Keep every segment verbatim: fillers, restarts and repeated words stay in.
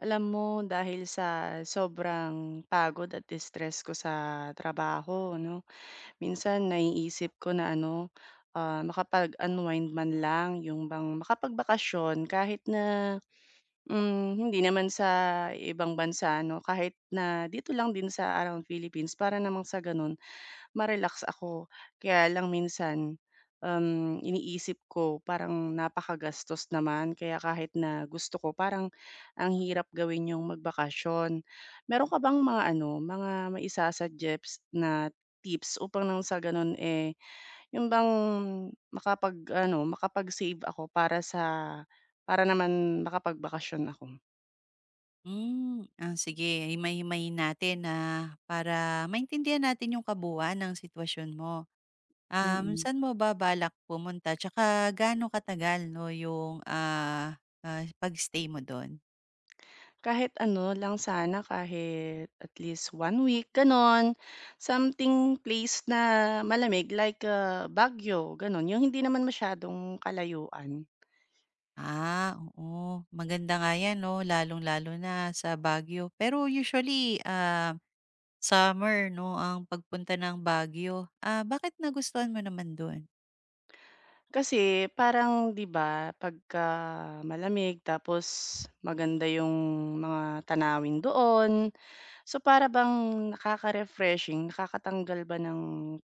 Alam mo dahil sa sobrang pagod at distress ko sa trabaho 'no, minsan naiisip ko na ano, ah, makapag-unwind man lang, yung bang makapagbakasyon kahit na, hmm, hindi naman sa ibang bansa 'no, kahit na dito lang din sa around Philippines para namang sa gano'n ma-relax ako. Kaya lang minsan, um, iniisip ko parang napakagastos naman kaya kahit na gusto ko parang ang hirap gawin yung magbakasyon. Meron ka bang mga ano, mga maisa-suggest na tips upang nang sa ganun, eh, yung bang makapag-ano, makapag-save ako para sa para naman makapagbakasyon ako? Hmm, ah, sige himay-himayin natin na para maintindihan natin yung kabuuan ng sitwasyon mo. Um, Mm. Saan mo ba balak pumunta tsaka gaano katagal 'no yung, ah, ah, pag-stay mo dun? Kahit ano lang sana, kahit at least one week, gano'n. Something place na malamig like, ah, Baguio, gano'n. Yung hindi naman masyadong kalayuan. Ah, oo, maganda nga yan 'no, lalong-lalo na sa Baguio. Pero usually, ah, summer 'no ang pagpunta ng Baguio. Ah, bakit nagustuhan mo naman dun? Kasi parang, 'di ba, pagka malamig tapos maganda yung mga tanawin doon. So, para bang nakaka-refreshing, nakakatanggal ba ng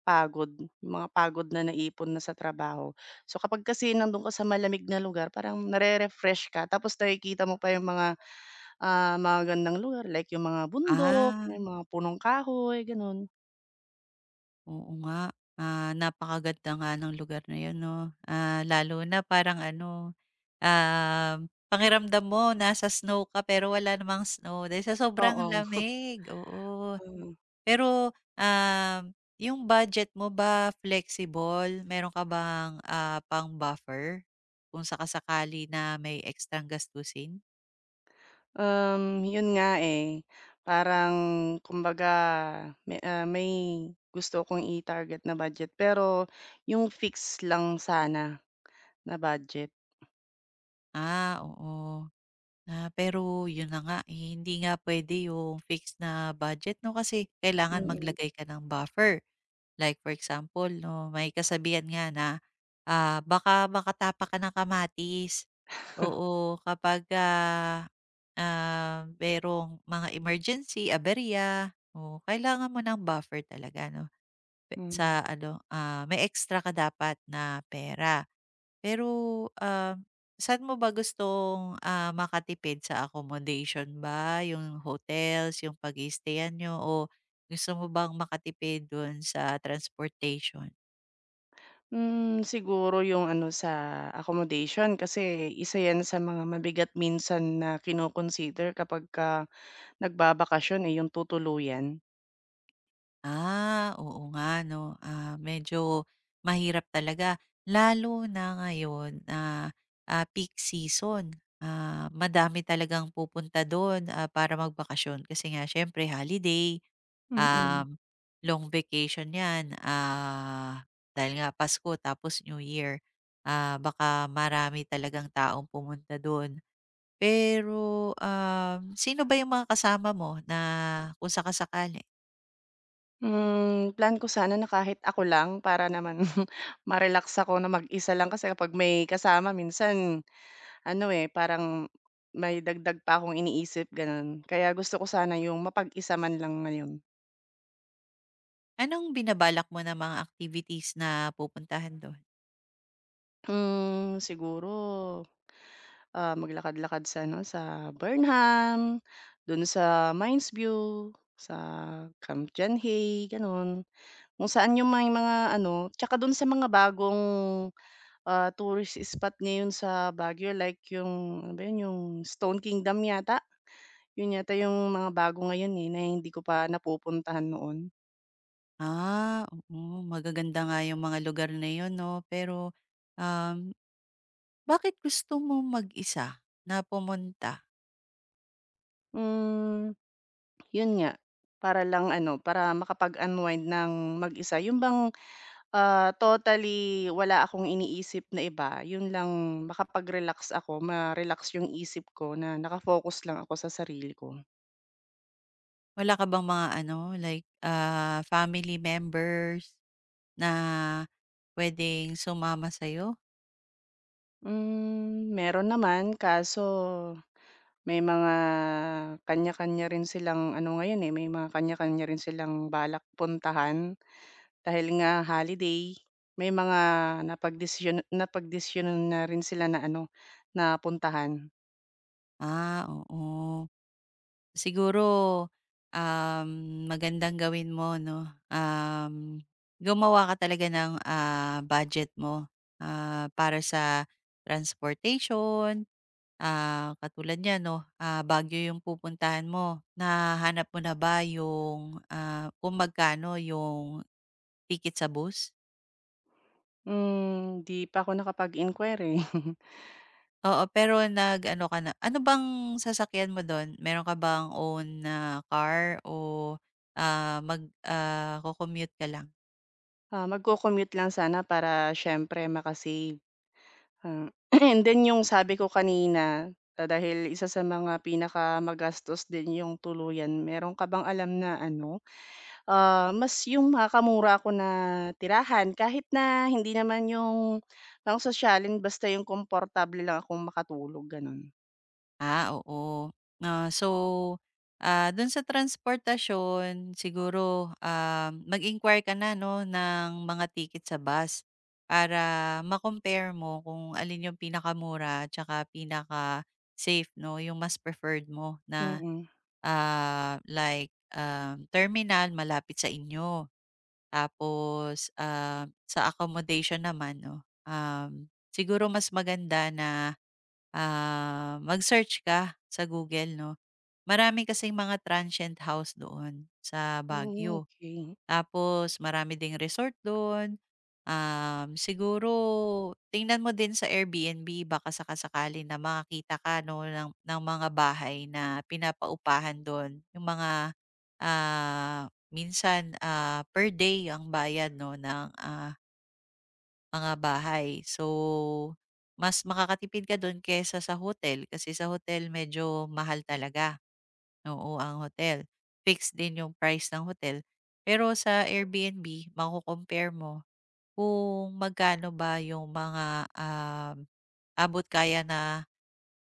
pagod, yung mga pagod na naipon na sa trabaho. So, kapag kasi nandun ka sa malamig na lugar parang nare-refresh ka tapos nakikita mo pa yung mga, ah, mga magagandang lugar like yung mga bundok, Ah. yung mga punong kahoy, gano'n. Oo nga, ah, napakaganda nga ng lugar na yun 'no, ah, lalo na parang ano, um, pangiramdam mo nasa snow ka pero wala namang snow dahil sa sobrang Oo, lamig, oo. mm. Pero, um, yung budget mo ba flexible, meron ka bang, ah, pang-buffer kung saka-sakali na may ekstrang gastusin? Um, yun nga, eh, parang kumbaga may, ah, may gusto akong i-target na budget pero yung fix lang sana na budget, Ah, oo. Ah, pero yun na nga, eh, hindi nga pwede yung fixed na budget 'no, kasi kailangan mm. maglagay ka ng buffer. Like for example 'no, may kasabihan nga na, ah, baka makatapa ka ng kamatis. Oo, kapag, ah, ah, merong mga emergency, aberya, oo, kailangan mo ng buffer talaga 'no, pe Hmm. sa ano, ah, may extra ka dapat na pera. Pero, ah, saan mo ba gustong, ah, makatipid sa accommodation ba, yung hotels, yung pag-i-stayan niyo o gusto mo bang makatipid dun sa transportation? Hmm, siguro yung ano sa accommodation kasi isa 'yan sa mga mabigat minsan na kino kapag kapagka nagbabakasyon, eh, yung tutuluyan. Ah, oo nga 'no, ah, medyo mahirap talaga lalo na ngayon na, ah, peak season. Ah, madami talagang pupunta do'n, ah, para magbakasyon kasi nga siyempre holiday, Mm-mm. Mm. um, long vacation 'yan, ah, dahil nga Pasko tapos New Year. Ah, baka marami talagang taong pumunta do'n. Pero, um, sino ba yung mga kasama mo na kung saka-sakali? Hmm, plan ko sana na kahit ako lang para naman ma-relax ako na mag-isa lang kasi kapag may kasama minsan ano, eh, parang may dagdag pa akong iniisip gano'n. Kaya gusto ko sana yung mapag-isa man lang ngayon. Anong binabalak mo na mga activities na pupuntahan do'n? Hmm, siguro Ah, maglakad-lakad sa ano, sa Burnham, dun sa Mines View, sa Camp John Hay, gano'n. Kung saan yung may mga ano, tsaka dun sa mga bagong, ah, tourist spot ngayon sa Baguio like yung ano ba yun, yung Stone Kingdom yata? Yun yata yung mga bago ngayon, eh, na hindi ko pa napupuntahan noon. Ah, oo, magaganda nga yung mga lugar na yun 'no, pero, um, bakit gusto mo mag-isa na pumunta? Hmm, Yun nga, para lang ano, para makapag-unwind ng mag-isa. Yun bang Ah, totally wala akong iniisip na iba, yun lang makapag-relax ako, ma-relax yung isip ko na nakafocus lang ako sa sarili ko. Wala ka bang mga ano, like, ah, family members na puwedeng sumama sa'yo? Hmm, meron naman kaso may mga kanya-kanya rin silang ano ngayon, eh, may mga kanya-kanya rin silang balak puntahan dahil nga holiday. May mga napagdesisyon napagdesisyonan na rin sila na ano, na puntahan. Ah, oo. Siguro, um, magandang gawin mo 'no, um, gumawa ka talaga ng, ah, budget mo, ah, para sa transportation, ah, katulad niyan 'no, ah, Baguio yung pupuntahan mo, nahanap mo na ba yung, ah, kung magkano yung ticket sa bus? Hmm, 'di pa ako nakapag-inquire, eh. Oo, pero nag-ano ka na ano bang sasakyan mo dun, meron ka bang own na car o, ah, mag ah, co-commute ka lang? Ah, magko-commute lang sana para siyempre maka-save, ah, and then yung sabi ko kanina, ah, dahil isa sa mga pinaka-magastos din yung tuluyan, meron ka bang alam na ano, ah, mas yung makakamura ako na tirahan kahit na hindi naman yung pangsosyalin basta yung komportable lang akong makatulog gano'n? Ah, oo. Ah, so, ah, do'n sa transportasyon siguro, um, mag-inquire ka na 'no ng mga ticket sa bus para ma-compare mo kung alin yung pinakamura at saka pinaka-safe 'no, yung mas preferred mo na, Mm. ah, like, um, terminal malapit sa inyo. Tapos, ah, sa accommodation naman 'no, um, siguro mas maganda na, Ah, mag-search ka sa Google 'no, marami kasing mga transient house doon sa Hmm, Baguio. okey. Tapos marami ding resort doon, um, siguro tingnan mo din sa Airbnb baka saka-sakali na makakita ka 'no ng ng mga bahay na pinapaupahan do'n, yung mga, ah, minsan, ah, per day ang bayad 'no ng, ah mga bahay. So, mas makakatipid ka dun kesa sa hotel kasi sa hotel medyo mahal talaga. Oo, ang hotel. Fixed din yung price ng hotel. Pero sa Airbnb, mako mo kung magkano ba yung mga um, abot kaya na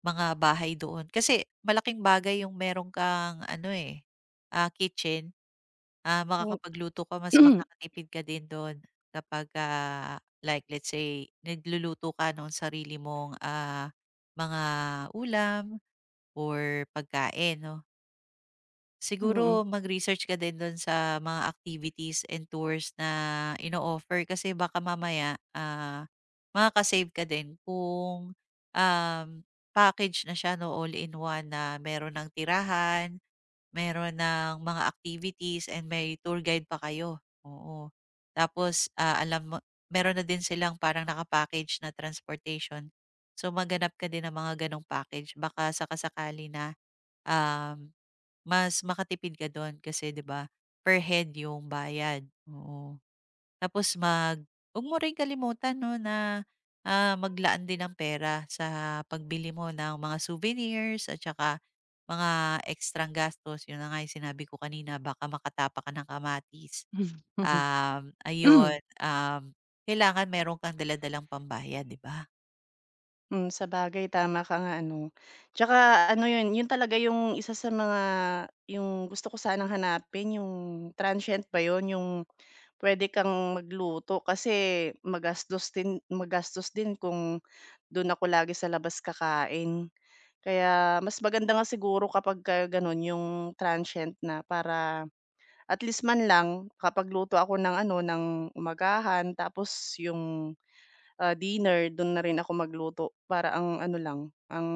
mga bahay doon. Kasi malaking bagay yung meron kang ano, eh, ah, kitchen. Ah, O, Makakapagluto ka, mas mm. makakatipid ka din dun kapag, ah, like let's say nagluluto ka ng sarili mong, ah, mga ulam or pagkain 'no. Siguro mag-research ka din dun sa mga activities and tours na ino-offer kasi baka mamaya, ah, makaka ka din kung, um, package na siya 'no, all in one na meron ng tirahan. Meron ng mga activities and may tour guide pa kayo, oo. Tapos, ah, alam mo meron na din silang parang nakapackage na transportation. So, maghanap ka din ng mga gano'ng package baka saka-sakali na, um, mas makatipid ka do'n kasi 'di ba, per head yung bayad, oo. Tapos mag, huwag mo rin kalimutan 'no na, ah, maglaan din ng pera sa pagbili mo ng mga souvenirs at saka mga ekstrang gastos. 'Yun na nga yung sinabi ko kanina, baka makatapa ka ng kamatis. Mm-mm. Um, ayun, um, kailangan meron kang dala pambayad, 'di ba? Hmm, sabagay tama ka nga ano. Tsaka ano 'yun, 'yun talaga yung isa sa mga yung gusto ko sanang hanapin yung transient ba 'yun, yung pwede kang magluto kasi magastos din magastos din kung doon ako lagi sa labas kakain. Kaya mas maganda nga siguro kapagka gano'n yung transient na para at least man lang, kapag luto ako ng ano, ng umagahan tapos yung ah, dinner dun na rin ako magluto para ang ano lang, ang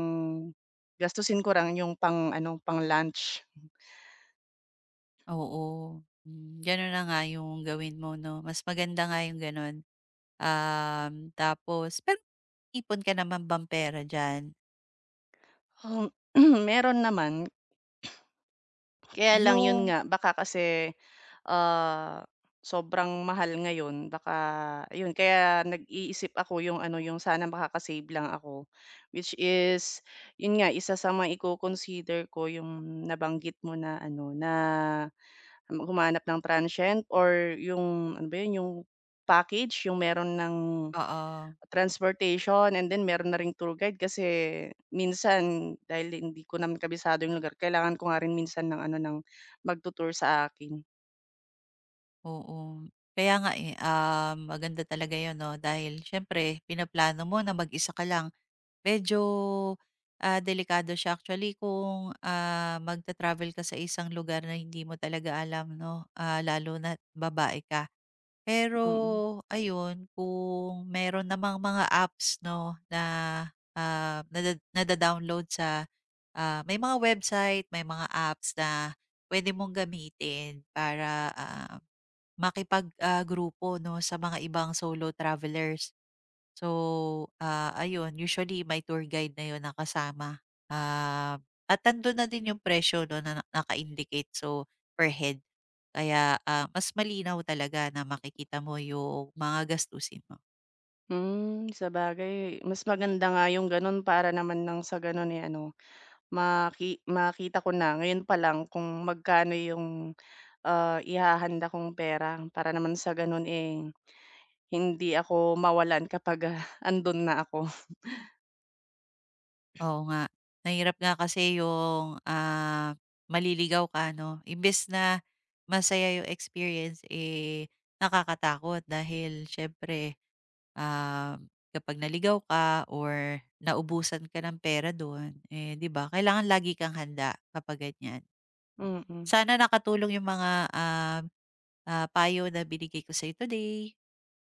gastusin ko lang yung pang-ano, pang-lunch. Oo, hmm, gano'n na nga yung gawin mo 'no, mas maganda nga yung gano'n. Um, tapos pero ipon ka naman bang pera diyan? Um, Meron naman, kaya lang yun Yung nga baka kasi, ah, sobrang mahal ngayon baka yun kaya nag-iisip ako yung ano, yung sana makaka-save lang ako. Which is yun nga isa sa mga iko-consider ko yung nabanggit mo na ano, na humanap ng transient or yung ano ba yun, yung package, yung meron ng oo. transportation and then meron na ring tour guide kasi minsan dahil hindi ko naman kabisado yung lugar kailangan ko nga rin minsan ng ano, ng magtu sa akin, Oo. Kaya nga, eh, ah, maganda talaga 'yun 'no, dahil siyempre pinaplano mo na mag-isa ka lang. Medyo, ah, delikado siya actually kung, ah, magta-travel ka sa isang lugar na hindi mo talaga alam 'no, ah, lalo na babae ka. Pero mm. ayun, kung meron namang mga apps 'no na, ah, nada nada-download sa, ah, may mga website, may mga apps na pwede mong gamitin para, ah makipag, ah, grupo 'no, sa mga ibang solo travelers. So, ah, ayun usually may tour guide na yon nakasama. Ah, at nandun na din yung presyo 'no na na- naka-indicate, so per head. Kaya, ah, mas malinaw talaga na makikita mo yung mga gastusin mo. Hmm, sabagay mas maganda nga yung gano'n para naman nang sa gano'n, eh, ano maki makita ko na ngayon pa lang kung magkano yung, ah, ihahanda kong pera para naman sa gano'n, eh. Hindi ako mawalan kapag, ah, andun na ako. Oo nga, mahirap nga kasi yung, ah, maliligaw ka 'no, imbes na masaya yung experience, eh, nakakatakot dahil siyempre, Ah, kapag naligaw ka or naubusan ka ng pera do'n, eh, 'di ba kailangan lagi kang handa kapag ganyan. Oh, Mm, sana nakatulong yung mga, ah, ah, payo na binigay ko sa'yo today.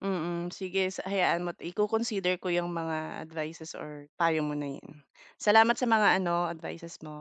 mm. Sige sa hayaan mo't iko-consider ko yung mga advices or payo mo na 'yan. Salamat sa mga ano, advices mo.